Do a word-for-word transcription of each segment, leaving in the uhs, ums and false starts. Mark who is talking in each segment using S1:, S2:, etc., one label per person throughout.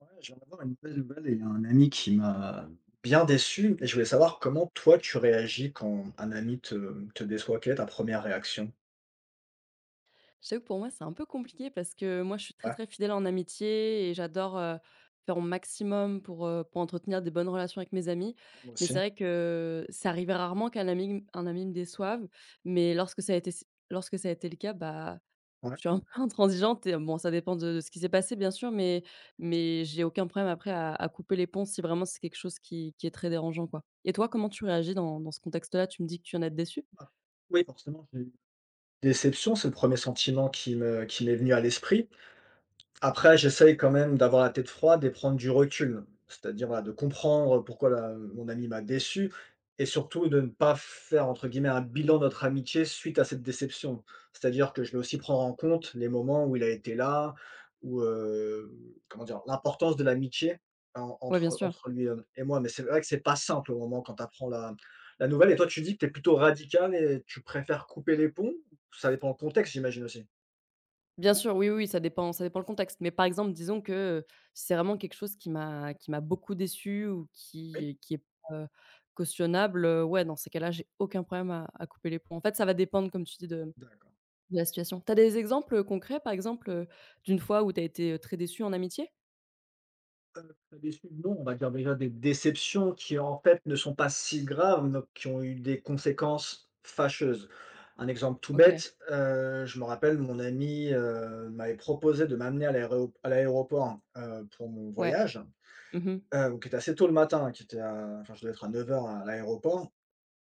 S1: Ouais, je viens d'avoir une mauvaise nouvelle et un ami qui m'a bien déçu. Et je voulais savoir comment toi tu réagis quand un ami te, te déçoit, quelle est ta première réaction?
S2: Je t'avoue que pour moi, c'est un peu compliqué parce que moi, je suis très,
S1: Ouais,
S2: très fidèle en amitié et j'adore euh, faire mon maximum pour, euh, pour entretenir des bonnes relations avec mes amis.
S1: moi
S2: Mais
S1: aussi.
S2: c'est vrai que ça arrivait rarement qu'un ami, un ami me déçoive. Mais lorsque ça a été, lorsque ça a été le cas, bah,
S1: Ouais.
S2: je suis un peu intransigeante. Et, bon, ça dépend de, de ce qui s'est passé, bien sûr, mais, mais j'ai aucun problème après à, à couper les ponts si vraiment c'est quelque chose qui, qui est très dérangeant. Quoi. Et toi, comment tu réagis dans, dans ce contexte-là? Tu me dis que tu en as déçu?
S1: Ah, oui, forcément, j'ai eu déception, c'est le premier sentiment qui me, qui m'est venu à l'esprit. Après, j'essaye quand même d'avoir la tête froide et prendre du recul. C'est-à-dire, voilà, de comprendre pourquoi la mon ami m'a déçu, et surtout de ne pas faire, entre guillemets, «un bilan» de notre amitié suite à cette déception. C'est-à-dire que je vais aussi prendre en compte les moments où il a été là, ou heu, comment dire? L'importance de l'amitié en
S2: Ouais, bien
S1: entre
S2: sûr.
S1: entre lui, euh, et moi. Mais c'est vrai que c'est pas simple au moment quand tu apprends la la nouvelle. Et toi, tu dis que tu es plutôt radical et tu préfères couper les ponts? Ça dépend le contexte, j'imagine aussi?
S2: Bien sûr, oui, oui, ça dépend, ça dépend le contexte. Mais par exemple, disons que, heu, si c'est vraiment quelque chose qui m'a qui m'a beaucoup déçu ou
S1: Oui?
S2: qui qui est pas, heu, cautionnable, heu, ouais, dans ces cas-là, j'ai aucun problème à à couper les ponts. En fait, ça va dépendre, comme tu dis, de
S1: D'accord.
S2: de la situation. T'as des exemples concrets, par exemple, heu, d'une fois où t'as été, heu, très déçu en amitié?
S1: Déçu, non, on va dire déjà des déceptions qui en fait ne sont pas si graves, mais qui ont eu des conséquences fâcheuses. Un exemple tout
S2: OK.
S1: bête, heu, je me rappelle mon ami, heu, m'avait proposé de m'amener à l'aéro à l'aéroport, heu, pour mon
S2: Ouais.
S1: voyage,
S2: Mmh.
S1: heu, donc qui était assez tôt le matin, hein, qui était à enfin je devais être à neuf heures à l'aéroport,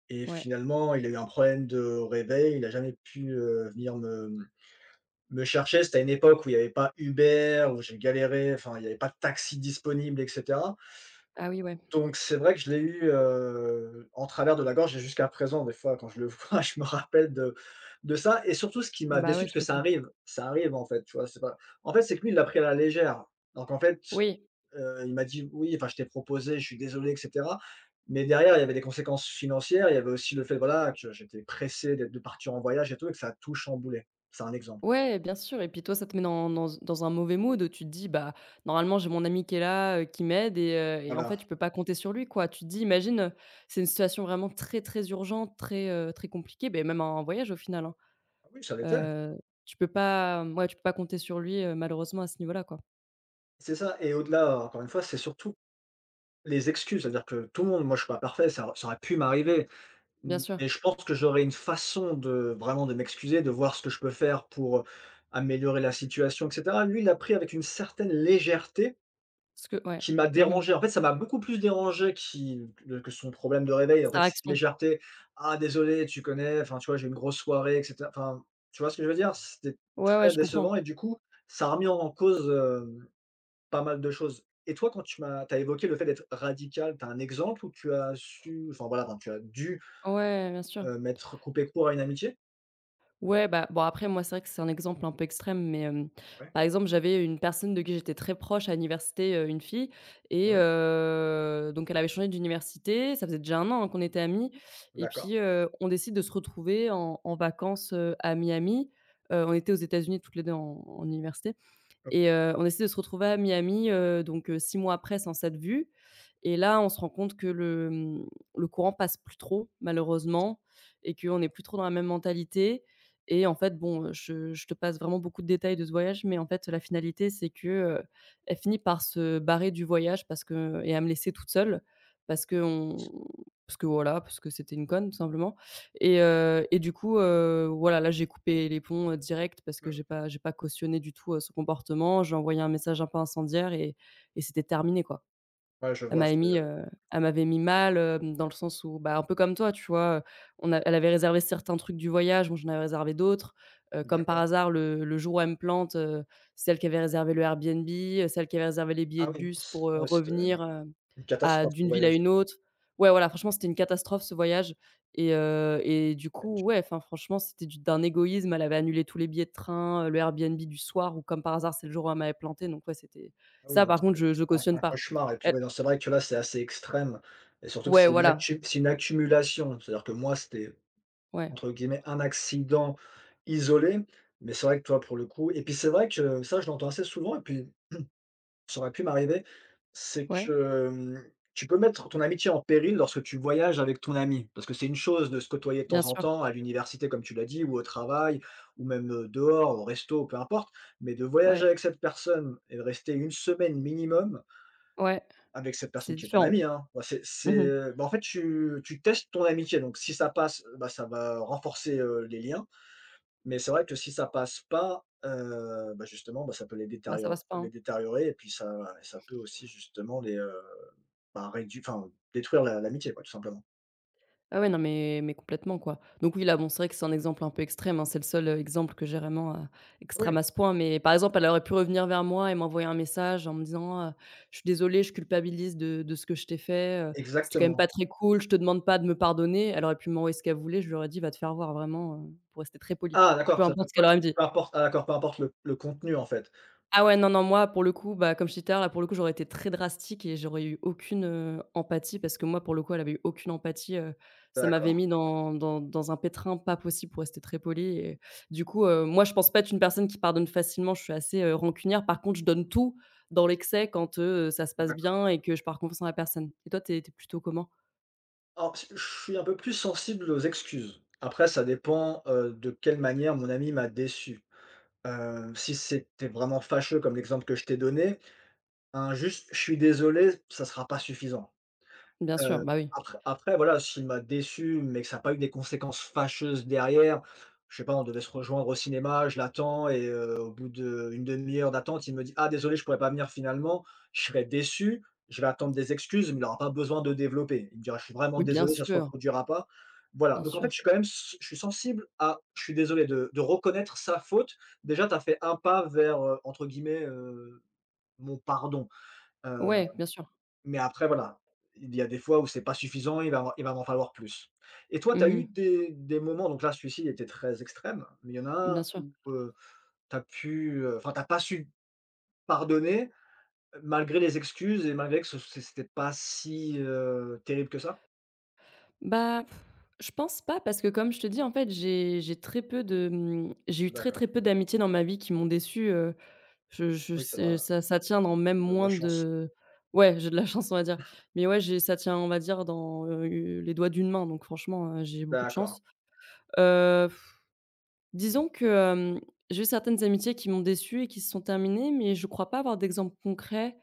S1: et
S2: Ouais.
S1: finalement il a eu un problème de réveil, il a jamais pu, heu, venir me me chercher. C'était à une époque où il n'y avait pas Uber, où j'ai galéré, enfin il n'y avait pas de taxi disponible, etc.
S2: Ah oui, ouais.
S1: Donc c'est vrai que je l'ai eu, heu, en travers de la gorge, et jusqu'à présent, des fois, quand je le vois, je me rappelle de de ça, et surtout ce qui m'a
S2: Bah,
S1: déçu
S2: ouais,
S1: parce que
S2: tu
S1: ça
S2: m'étonnes.
S1: arrive ça arrive, en fait, tu vois? C'est pas, en fait, c'est que lui, il l'a pris à la légère. Donc en fait,
S2: Oui.
S1: heu, il m'a dit: «Oui, enfin, je t'ai proposé, je suis désolé» et cetera. Mais derrière, il y avait des conséquences financières, il y avait aussi le fait, voilà, que j'étais pressé d'être de partir en voyage et tout, et que ça a tout chamboulé. C'est un exemple.
S2: Ouais, bien sûr. Et puis toi, ça te met dans dans dans un mauvais mood, où tu te dis : « Bah, normalement, j'ai mon ami qui est là, heu, qui m'aide » et heu et en fait,
S1: Voilà.
S2: tu peux pas compter sur lui, quoi. Tu te dis : « Imagine, heu, c'est une situation vraiment très, très urgente, très, heu, très compliquée », beh, même en voyage au final, hein.
S1: Ah, oui, ça l'était.
S2: Heu, Tu peux pas, ouais, tu peux pas compter sur lui, heu, malheureusement à ce niveau-là, quoi.
S1: C'est ça, et au-delà, encore une fois, c'est surtout les excuses, c'est-à-dire que tout le monde, moi je suis pas parfait, ça ça aurait pu m'arriver,
S2: Bien sûr,
S1: mais je pense que j'aurais une façon de vraiment de m'excuser, de voir ce que je peux faire pour, euh, améliorer la situation et cetera. Lui, il l'a pris avec une certaine légèreté
S2: parce que ouais.
S1: qui m'a
S2: Mmh mh.
S1: dérangé. En fait, ça m'a beaucoup plus dérangé qui que son problème de réveil. En
S2: Sa
S1: fait, cette
S2: réaction.
S1: légèreté: «Ah désolé, tu connais, enfin, tu vois, j'ai une grosse soirée et cetera». Enfin, tu vois ce que je veux dire? C'était
S2: Ouais, ouais,
S1: très
S2: je
S1: décevant, et
S2: comprends.
S1: du coup, ça a remis en cause, euh, pas mal de choses. Et toi, quand tu m'as t'as évoqué le fait d'être radical, tu as un exemple où tu as su, enfin voilà, enfin tu as dû,
S2: Ouais, bien sûr.
S1: heu, mettre couper court à une amitié?
S2: Ouais, bah, bon, après moi c'est vrai que c'est un exemple un peu extrême, mais, hem,
S1: Ouais,
S2: par exemple j'avais une personne de qui j'étais très proche à l'université, heu, une fille
S1: oui,
S2: et
S1: oui,
S2: heu, donc elle avait changé d'université, ça faisait déjà un an, hein, qu'on était amis et
S1: d'accord,
S2: puis, heu, on décide de se retrouver en en vacances, heu, à Miami. Heu, on était aux États-Unis toutes les deux en en université
S1: OK,
S2: et heu, on essaie de se retrouver à Miami, heu, donc heu, six mois après sans cette vue, et là, on se rend compte que le, mmh, le courant passe plus trop malheureusement, et qu'on n'est plus trop dans la même mentalité. Et en fait, bon, je je te passe vraiment beaucoup de détails de ce voyage, mais en fait, la finalité, c'est que, heu, elle finit par se barrer du voyage parce que et à me laisser toute seule parce qu'on parce que voilà, parce que c'était une conne tout simplement. Et heu et du coup, heu, voilà, là, j'ai coupé les ponts, heu, direct parce
S1: ouais,
S2: que j'ai
S1: OK.
S2: pas j'ai pas cautionné du tout, heu, son comportement. J'ai envoyé un message un peu incendiaire et et c'était terminé, quoi.
S1: Ouais, je
S2: Elle
S1: vois,
S2: m'avait
S1: c'est,
S2: mis, heu, elle m'avait mis mal, hem, dans le sens où, bah, un peu comme toi, tu vois? On a elle avait réservé certains trucs du voyage, moi, j'en avais réservé d'autres. Heu, comme par
S1: d'accord.
S2: hasard, le le jour où elle me plante, heu, c'est elle qui avait réservé le Airbnb, heu, c'est qui avait réservé les billets
S1: Ah
S2: de
S1: oui
S2: bus
S1: mince,
S2: pour,
S1: ah
S2: heu,
S1: ouais, c'était
S2: revenir, euh,
S1: une
S2: à
S1: catastrophe ce
S2: d'une ville à
S1: voyage.
S2: une autre. Ouais, voilà, franchement, c'était une catastrophe ce voyage. Et heu et du coup, ouais, enfin, franchement, c'était du d'un égoïsme. Elle avait annulé tous les billets de train, heu, le Airbnb du soir ou comme par hasard, c'est le jour où elle m'avait planté, donc ouais, c'était
S1: Ah oui,
S2: ça.
S1: non,
S2: Par contre,
S1: c'était,
S2: je je
S1: c'était un
S2: cautionne
S1: un
S2: pas.
S1: cauchemar. Et puis,
S2: Elle
S1: ouais, non, c'est vrai que là, c'est assez extrême, et surtout que
S2: ouais,
S1: c'est une
S2: voilà,
S1: accu c'est une accumulation. C'est-à-dire que moi, c'était
S2: ouais,
S1: entre guillemets «un accident isolé», mais c'est vrai que toi, pour le coup, et puis c'est vrai que ça, je l'entends assez souvent. Et puis, ça aurait pu m'arriver, c'est
S2: ouais,
S1: que, hem, tu peux mettre ton amitié en péril lorsque tu voyages avec ton ami. Parce que c'est une chose de se côtoyer de
S2: bien
S1: temps en
S2: sûr,
S1: temps à l'université, comme tu l'as dit, ou au travail, ou même, heu, dehors, au resto, peu importe. Mais de voyager
S2: ouais,
S1: avec cette personne et de rester une semaine minimum
S2: ouais,
S1: avec cette personne
S2: c'est
S1: qui est ton
S2: différent.
S1: ami, hein. Bah, c'est
S2: Mmh.
S1: c'est, bah, en fait, tu tu testes ton amitié. Donc si ça passe, bah, ça va renforcer, heu, les liens. Mais c'est vrai que si ça passe pas, heu, bah, justement, bah, ça peut les
S2: Bah, ça
S1: détérior
S2: passe pas,
S1: les
S2: hein.
S1: détériorer. Et puis ça ça peut aussi justement les, heu, bah, rédu enfin, détruire la l'amitié quoi, tout simplement.
S2: Ah ouais, non, mais mais complètement, quoi. Donc oui, là, bon, c'est vrai que c'est un exemple un peu extrême, hein. C'est le seul, heu, exemple que j'ai vraiment, heu,
S1: Oui,
S2: extrême à ce point, mais par exemple, elle aurait pu revenir vers moi et m'envoyer un message en me disant, heu : « Je suis désolée, je culpabilise de de ce que je t'ai fait, heu, c'était quand même
S1: exactement.
S2: pas très cool, je te demande pas de me pardonner ». Elle aurait pu m'envoyer ce qu'elle voulait, je lui aurais dit : « Va te faire voir », vraiment, heu, pour rester très poli.
S1: Ah
S2: Peu
S1: d'accord, ça peut
S2: importe ce
S1: pas,
S2: qu'elle aurait me dit.
S1: peu importe, ah d'accord, peu importe le le contenu en fait.
S2: Ah ouais, non, non, moi, pour le coup, bah, comme je disais tout à l'heure, là, pour le coup, j'aurais été très drastique et j'aurais eu aucune, heu, empathie parce que moi, pour le coup, elle avait eu aucune empathie, heu, ça
S1: D'accord,
S2: m'avait mis dans dans dans un pétrin pas possible, pour rester très polie. Et du coup, heu, moi, je pense pas être une personne qui pardonne facilement, je suis assez, heu, rancunière. Par contre, je donne tout dans l'excès quand, heu, ça se passe
S1: d'accord.
S2: bien et que je peux confiance en la personne. Et toi, t'es es plutôt comment?
S1: Alors je suis un peu plus sensible aux excuses. Après ça dépend, heu, de quelle manière mon ami m'a déçu. Heu, si c'était vraiment fâcheux comme l'exemple que je t'ai donné, un juste: «Je suis désolé», ça sera pas suffisant.
S2: Bien sûr,
S1: Heu,
S2: bah oui.
S1: après après voilà, s'il m'a déçu, mais que ça a pas eu des conséquences fâcheuses derrière, je sais pas, on devait se rejoindre au cinéma, je l'attends, et heu, au bout d'une demi-heure d'attente, il me dit: «Ah désolé, je pourrais pas venir finalement», je serais déçu, je vais attendre des excuses, mais il aura pas besoin de développer. Il me dira: «Je suis vraiment
S2: Oui, bien
S1: désolé, ça se
S2: sûr,
S1: reproduira pas». Voilà,
S2: bien
S1: donc en fait,
S2: sûr.
S1: je suis quand même s je suis sensible à je suis désolé de de reconnaître sa faute. Déjà, tu as fait un pas vers, heu, entre guillemets, heu, mon pardon, heu
S2: Ouais, bien sûr.
S1: mais après voilà, il y a des fois où c'est pas suffisant, il va il va m'en falloir plus. Et toi, tu as eu
S2: Mmh.
S1: des des moments, donc là, celui-ci, il était très extrême, mais il y en a
S2: Bien
S1: un
S2: sûr.
S1: où, heu, tu as pu, heu, enfin t'as pas su pardonner, euh, malgré les excuses et malgré que ce c c'était pas si, heu, terrible que ça?
S2: Bah, pff, je pense pas parce que comme je te dis, en fait, j'ai j'ai très peu de, mmh, j'ai eu très,
S1: D'accord,
S2: très peu d'amitiés dans ma vie qui m'ont déçue, heu, je je
S1: oui, c'est vrai,
S2: sais
S1: ouais,
S2: ça ça tient dans même
S1: de la
S2: moins
S1: chance.
S2: de ouais, j'ai de la chance, on va dire. Mais ouais, j'ai ça tient, on va dire, dans, heu, les doigts d'une main, donc franchement, heu, j'ai beaucoup de
S1: D'accord,
S2: chance. Heu, disons que, hem, j'ai eu certaines amitiés qui m'ont déçue et qui se sont terminées, mais je crois pas avoir d'exemple concret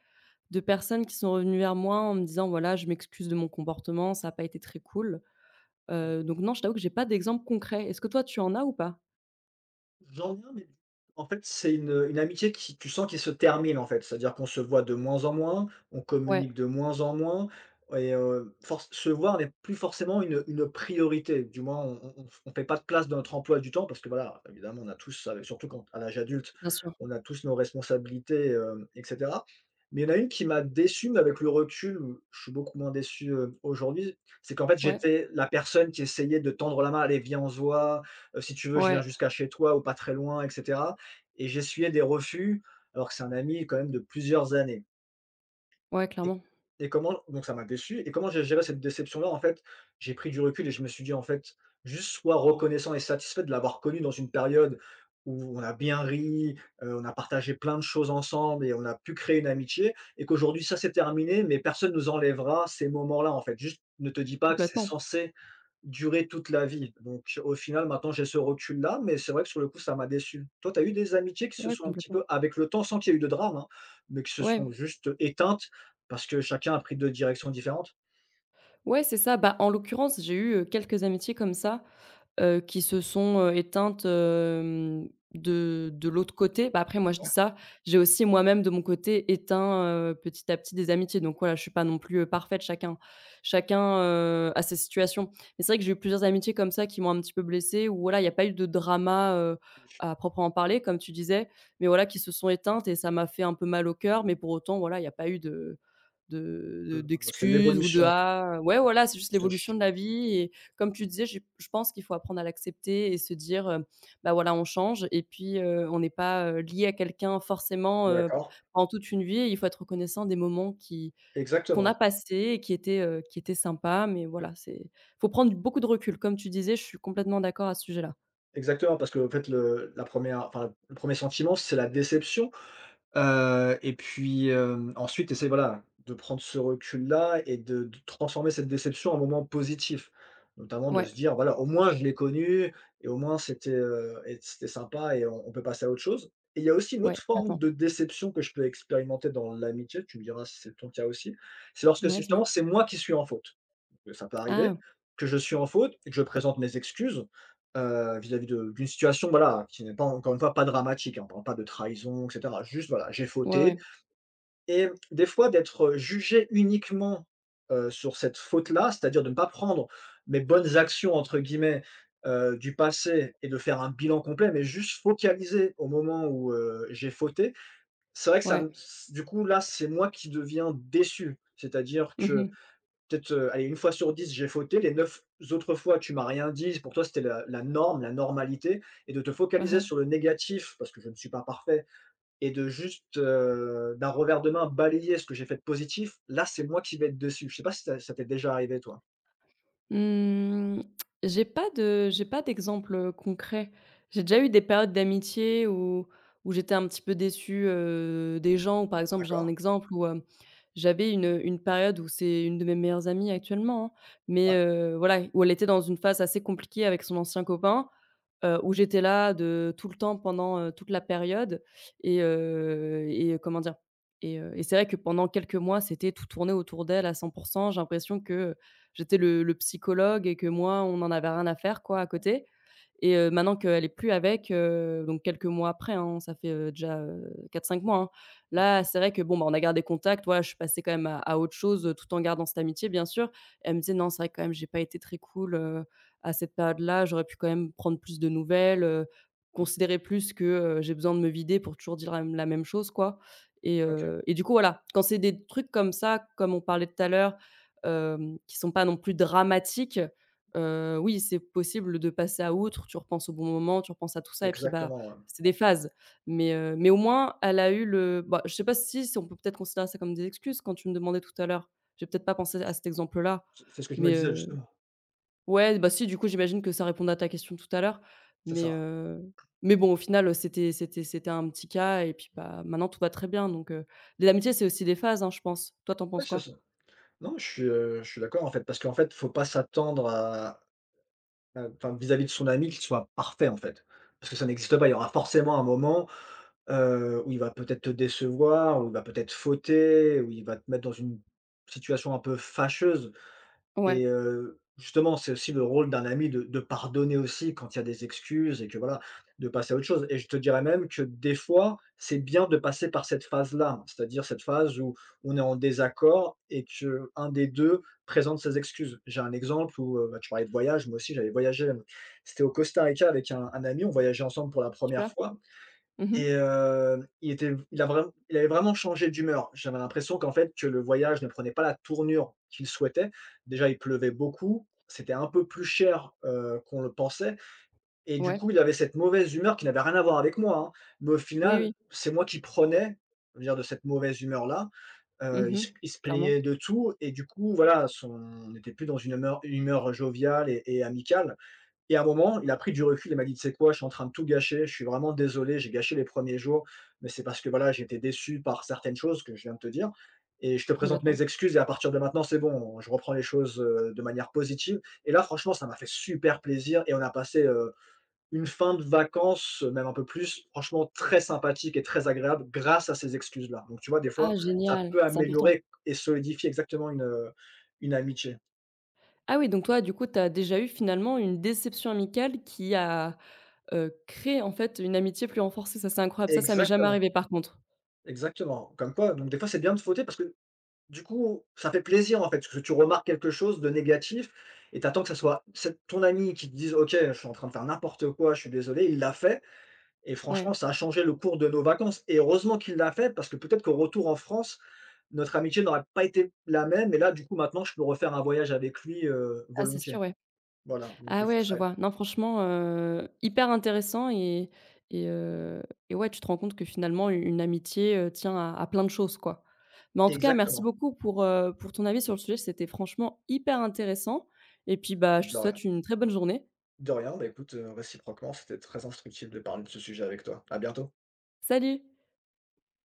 S2: de
S1: d'accord.
S2: personnes qui sont revenues vers moi en me disant : « Voilà, je m'excuse de mon comportement, ça n'a pas été très cool ». Heu, donc non, je t'avoue que j'ai pas d'exemple concret. Est-ce que toi, tu en as ou pas?
S1: J'en ai un, mais en fait, c'est une, une amitié qui tu sens qui se termine, en fait. C'est-à-dire qu'on se voit de moins en moins, on
S2: Ouais,
S1: communique de moins en moins, et heu, forc se voir n'est plus forcément une, une priorité. Du moins, on ne fait pas de place dans notre emploi du temps parce que, voilà, évidemment, on a tous, avec surtout quand à l'âge adulte,
S2: bien sûr.
S1: on a tous nos responsabilités, hem et cetera. Mais il y en a une qui m'a déçu, mais avec le recul, je suis beaucoup moins déçu, heu, aujourd'hui. C'est qu'en fait,
S2: Ouais,
S1: j'étais la personne qui essayait de tendre la main: «Allez, viens, on se voit». Heu, si tu veux, je viens
S2: ouais,
S1: jusqu'à chez toi ou pas très loin, et cetera. Et j'essuyais des refus, alors que c'est un ami quand même de plusieurs années.
S2: ouais,
S1: Et
S2: clairement,
S1: et comment, donc ça m'a déçu et comment j'ai géré cette déception-là, en fait, j'ai pris du recul et je me suis dit: «En fait, juste sois reconnaissant et satisfait de l'avoir connu dans une période où on a bien ri, heu, on a partagé plein de choses ensemble et on a pu créer une amitié, et qu'aujourd'hui ça c'est terminé, mais personne nous enlèvera ces moments-là, en fait». Juste ne te dis pas que c'est
S2: complètement.
S1: censé durer toute la vie. Donc au final, maintenant j'ai ce recul-là, mais c'est vrai que sur le coup, ça m'a déçu. Toi, tu as eu des amitiés qui se
S2: Ouais,
S1: sont un petit
S2: complètement.
S1: peu avec le temps, sans qu'il y ait eu de drame, hein, mais qui se sont
S2: Ouais,
S1: juste éteintes parce que chacun a pris deux directions différentes?
S2: ouais, c'est ça. Bah, en l'occurrence, j'ai eu, heu, quelques amitiés comme ça, heu, qui se sont, heu, éteintes, hem, de de l'autre côté. Bah, après moi je dis
S1: Ouais,
S2: ça, j'ai aussi moi-même de mon côté éteint, heu, petit à petit des amitiés. Donc voilà, je suis pas
S1: d'accord,
S2: non plus, heu, parfaite, chacun chacun, heu, a ses situations. Mais c'est vrai que j'ai eu plusieurs amitiés comme ça qui m'ont un petit peu blessée où voilà, il n'y a pas eu de drama, heu,
S1: oui. je
S2: à proprement parler comme tu disais, mais voilà, qui se sont éteintes et ça m'a fait un peu mal au cœur, mais pour autant voilà, il n'y a pas eu de de
S1: De
S2: de
S1: c'est
S2: d'excuses ou de : «
S1: l'évolution,
S2: Ah » ouais voilà, c'est juste
S1: c'est
S2: l'évolution
S1: ch
S2: de la vie. Et comme tu disais, j'ai je pense qu'il faut apprendre à l'accepter et se dire, heu, bah, voilà, on change et puis, heu, on n'est pas, heu, lié à quelqu'un forcément, heu,
S1: d'accord,
S2: pendant toute une vie. Il faut être reconnaissant des moments qui qu'on
S1: exactement,
S2: a passés et qui étaient, heu, qui étaient sympas, mais voilà, c'est faut prendre beaucoup de recul. Comme tu disais, je suis complètement d'accord à ce sujet-là.
S1: exactement, parce qu'en fait, le la première enfin, le premier sentiment, c'est la déception. Heu et puis, hem, ensuite, essayer, voilà, de prendre ce recul-là et de de transformer cette déception en moment positif. Notamment de
S2: Ouais,
S1: se dire: «Voilà, au moins je l'ai connu et au moins c'était, heu et c'était sympa et on on peut passer à autre chose», et il y a aussi une autre
S2: ouais,
S1: forme
S2: complètement.
S1: de déception que je peux expérimenter dans l'amitié, tu me diras si c'est ton cas aussi, c'est lorsque c'est
S2: Ouais,
S1: justement
S2: dis-moi?
S1: c'est moi qui suis en faute, que ça peut arriver,
S2: Ah!
S1: que je suis en faute et que je présente mes excuses, heu, vis-à-vis de d'une situation, voilà, qui n'est pas, encore une fois, pas dramatique, hein, on parle pas de trahison et cetera. Juste, voilà, j'ai
S2: Ouais,
S1: fauté,
S2: ouais,
S1: et des fois d'être jugé uniquement, heu, sur cette faute-là, c'est-à-dire de ne pas prendre mes «bonnes actions» entre guillemets, heu, du passé, et de faire un bilan complet, mais juste focaliser au moment où, heu, j'ai fauté. C'est vrai que ça
S2: ouais.
S1: me du coup là, c'est moi qui deviens déçu. C'est-à-dire
S2: Mmh
S1: que
S2: mh.
S1: peut-être, heu, allez, une fois sur dix j'ai fauté. Les neuf autres fois, tu m'as rien dit. Pour toi, c'était la la norme, la normalité et de te focaliser sur
S2: Mmh.
S1: le négatif, parce que je ne suis pas parfait et de juste, heu, d'un revers de main, balayer ce que j'ai fait de positif, là, c'est moi qui vais être dessus. Je sais pas si ça ça t'est déjà arrivé, toi?
S2: Mmh, j'ai pas de j'ai pas d'exemple, euh, concret. J'ai déjà eu des périodes d'amitié où où j'étais un petit peu déçue, heu, des gens. Ou par exemple, j'ai
S1: D'accord,
S2: un exemple où, hem, j'avais une, une période où c'est une de mes meilleures amies actuellement, hein, mais
S1: ouais.
S2: heu, voilà, où elle était dans une phase assez compliquée avec son ancien copain. Heu, où j'étais là de tout le temps pendant, heu, toute la période et heu et euh, comment dire? Et heu et c'est vrai que pendant quelques mois, c'était tout tourné autour d'elle à cent. J'ai l'impression que, j'étais le le psychologue et que moi, on en avait rien à faire, quoi, à
S1: Mmh,
S2: côté. Et heu, maintenant qu'elle est plus avec, heu, donc quelques mois après, hein, ça fait, heu, déjà, heu, quatre à cinq mois, hein.
S1: d'acc.
S2: Là, c'est vrai que bon, bah, on a gardé contact, voilà, je suis passée quand même à à autre chose, heu, tout en gardant cette amitié, bien sûr. Elle me disait : « Non, c'est vrai que quand même j'ai pas été très cool, heu, à cette période-là, j'aurais pu quand même prendre plus de nouvelles, heu, considérer plus que, heu, j'ai besoin de me vider pour toujours dire la m la même chose, quoi ». Et
S1: OK.
S2: heu et du coup, voilà, quand c'est des trucs comme ça, comme on parlait tout à l'heure, hem, qui sont pas non plus dramatiques, heu, oui, c'est possible de passer à outre, tu repenses au bon moment, tu repenses à tout ça et puis, bah,
S1: Exactement, ouais.
S2: c'est des phases. Mais, heu, mais au moins elle a eu le bah, je sais pas si si on peut peut-être considérer ça comme des excuses, quand tu me demandais tout à l'heure, j'ai peut-être pas pensé à cet exemple-là,
S1: C'est c'est ce que je me
S2: mais,
S1: disais,
S2: heu.
S1: justement.
S2: Ouais, bah, si, du coup, j'imagine que ça répondait à ta question tout à l'heure,
S1: C'est
S2: mais
S1: ça.
S2: heu, mais bon, au final, heu, c'était c'était c'était un petit cas et puis, bah, maintenant tout va très bien, donc heu, l'amitié, c'est aussi des phases, hein, je pense. Toi, t'en
S1: Ouais,
S2: penses
S1: c'est
S2: quoi?
S1: ça. Non, je suis, heu, je suis d'accord, en fait, parce qu'en fait, faut pas s'attendre à. Heu, enfin, vis-à-vis de son ami, qu'il soit parfait, en fait. Parce que ça n'existe pas. Il y aura forcément un moment, heu, où il va peut-être te décevoir, où il va peut-être fauter, où il va te mettre dans une situation un peu fâcheuse.
S2: Ouais,
S1: Et heu, justement, c'est aussi le rôle d'un ami de de pardonner aussi quand il y a des excuses et que voilà, de passer à autre chose, et je te dirais même que des fois, c'est bien de passer par cette phase-là, c'est-à-dire cette phase où on est en désaccord et que un des deux présente ses excuses. J'ai un exemple où, heu, bah, tu parlais de voyage, moi aussi j'avais voyagé, c'était au Costa Rica avec un un ami, on voyageait ensemble pour la première
S2: super.
S1: fois
S2: Mmh.
S1: et heu, il était il a vraim il avait vraiment changé d'humeur. J'avais l'impression qu'en fait, que le voyage ne prenait pas la tournure qu'il souhaitait. Déjà, il pleuvait beaucoup, c'était un peu plus cher, heu, qu'on le pensait, et du
S2: Ouais.
S1: coup, il avait cette mauvaise humeur qui n'avait rien à voir avec moi, hein, mais au
S2: Oui,
S1: final,
S2: oui.
S1: c'est moi qui prenais, je veux dire, de cette mauvaise humeur-là. Heu, il se
S2: Mmh.
S1: il se plaignait
S2: Clairement.
S1: de tout et du coup, voilà, son. On était plus dans une humeur une humeur joviale et et amicale. Et à un moment, il a pris du recul, il m'a dit: «Tu sais quoi? Je suis en train de tout gâcher, je suis vraiment désolé, j'ai gâché les premiers jours, mais c'est parce que voilà, j'étais déçu par certaines choses que je viens de te dire, et je te présente mes
S2: Complètement.
S1: excuses et à partir de maintenant, c'est bon, je reprends les choses, heu, de manière positive.» Et là, franchement, ça m'a fait super plaisir et on a passé, heu, une fin de vacances, euh, même un peu plus, franchement très sympathique et très agréable grâce à ces excuses-là. Donc tu vois, des fois,
S2: Ah
S1: ça
S2: génial,
S1: peut
S2: c'est important.
S1: améliorer et solidifier exactement une, heu, une amitié.
S2: Ah oui, donc toi, du coup, tu as déjà eu finalement une déception amicale qui a, heu, créé en fait une amitié plus renforcée. Ça, c'est incroyable. Ça, ça m'est jamais
S1: Exactement,
S2: arrivé par contre.
S1: exactement. Comme quoi, donc des fois, c'est bien de fauter parce que. Du coup, ça fait plaisir, en fait, parce que tu remarques quelque chose de négatif et t'attends que ça soit c'est ton ami qui te dise: «OK, je suis en train de faire n'importe quoi, je suis désolé», il l'a fait et
S2: Ouais.
S1: franchement, ça a changé le cours de nos vacances et heureusement qu'il l'a fait parce que peut-être qu'au retour en France, notre amitié n'aurait pas été la même et là, du coup, maintenant, je peux refaire un voyage avec lui, heu,
S2: Ah c'est
S1: volontiers.
S2: sûr, ouais.
S1: Voilà, donc
S2: Ah
S1: des fois,
S2: ouais, je
S1: ça aide.
S2: vois. Non franchement, heu, hyper intéressant et et heu et ouais, tu te rends compte que finalement u une amitié, heu, tient à à plein de choses, quoi. Mais en tout cas, merci
S1: Exactement.
S2: beaucoup pour, heu, pour ton avis sur le sujet. C'était franchement hyper intéressant et puis, bah, je te
S1: De rien.
S2: souhaite une très bonne journée.
S1: De rien, bah, écoute, heu, réciproquement, c'était très instructif de parler de ce sujet avec toi. À bientôt.
S2: Salut!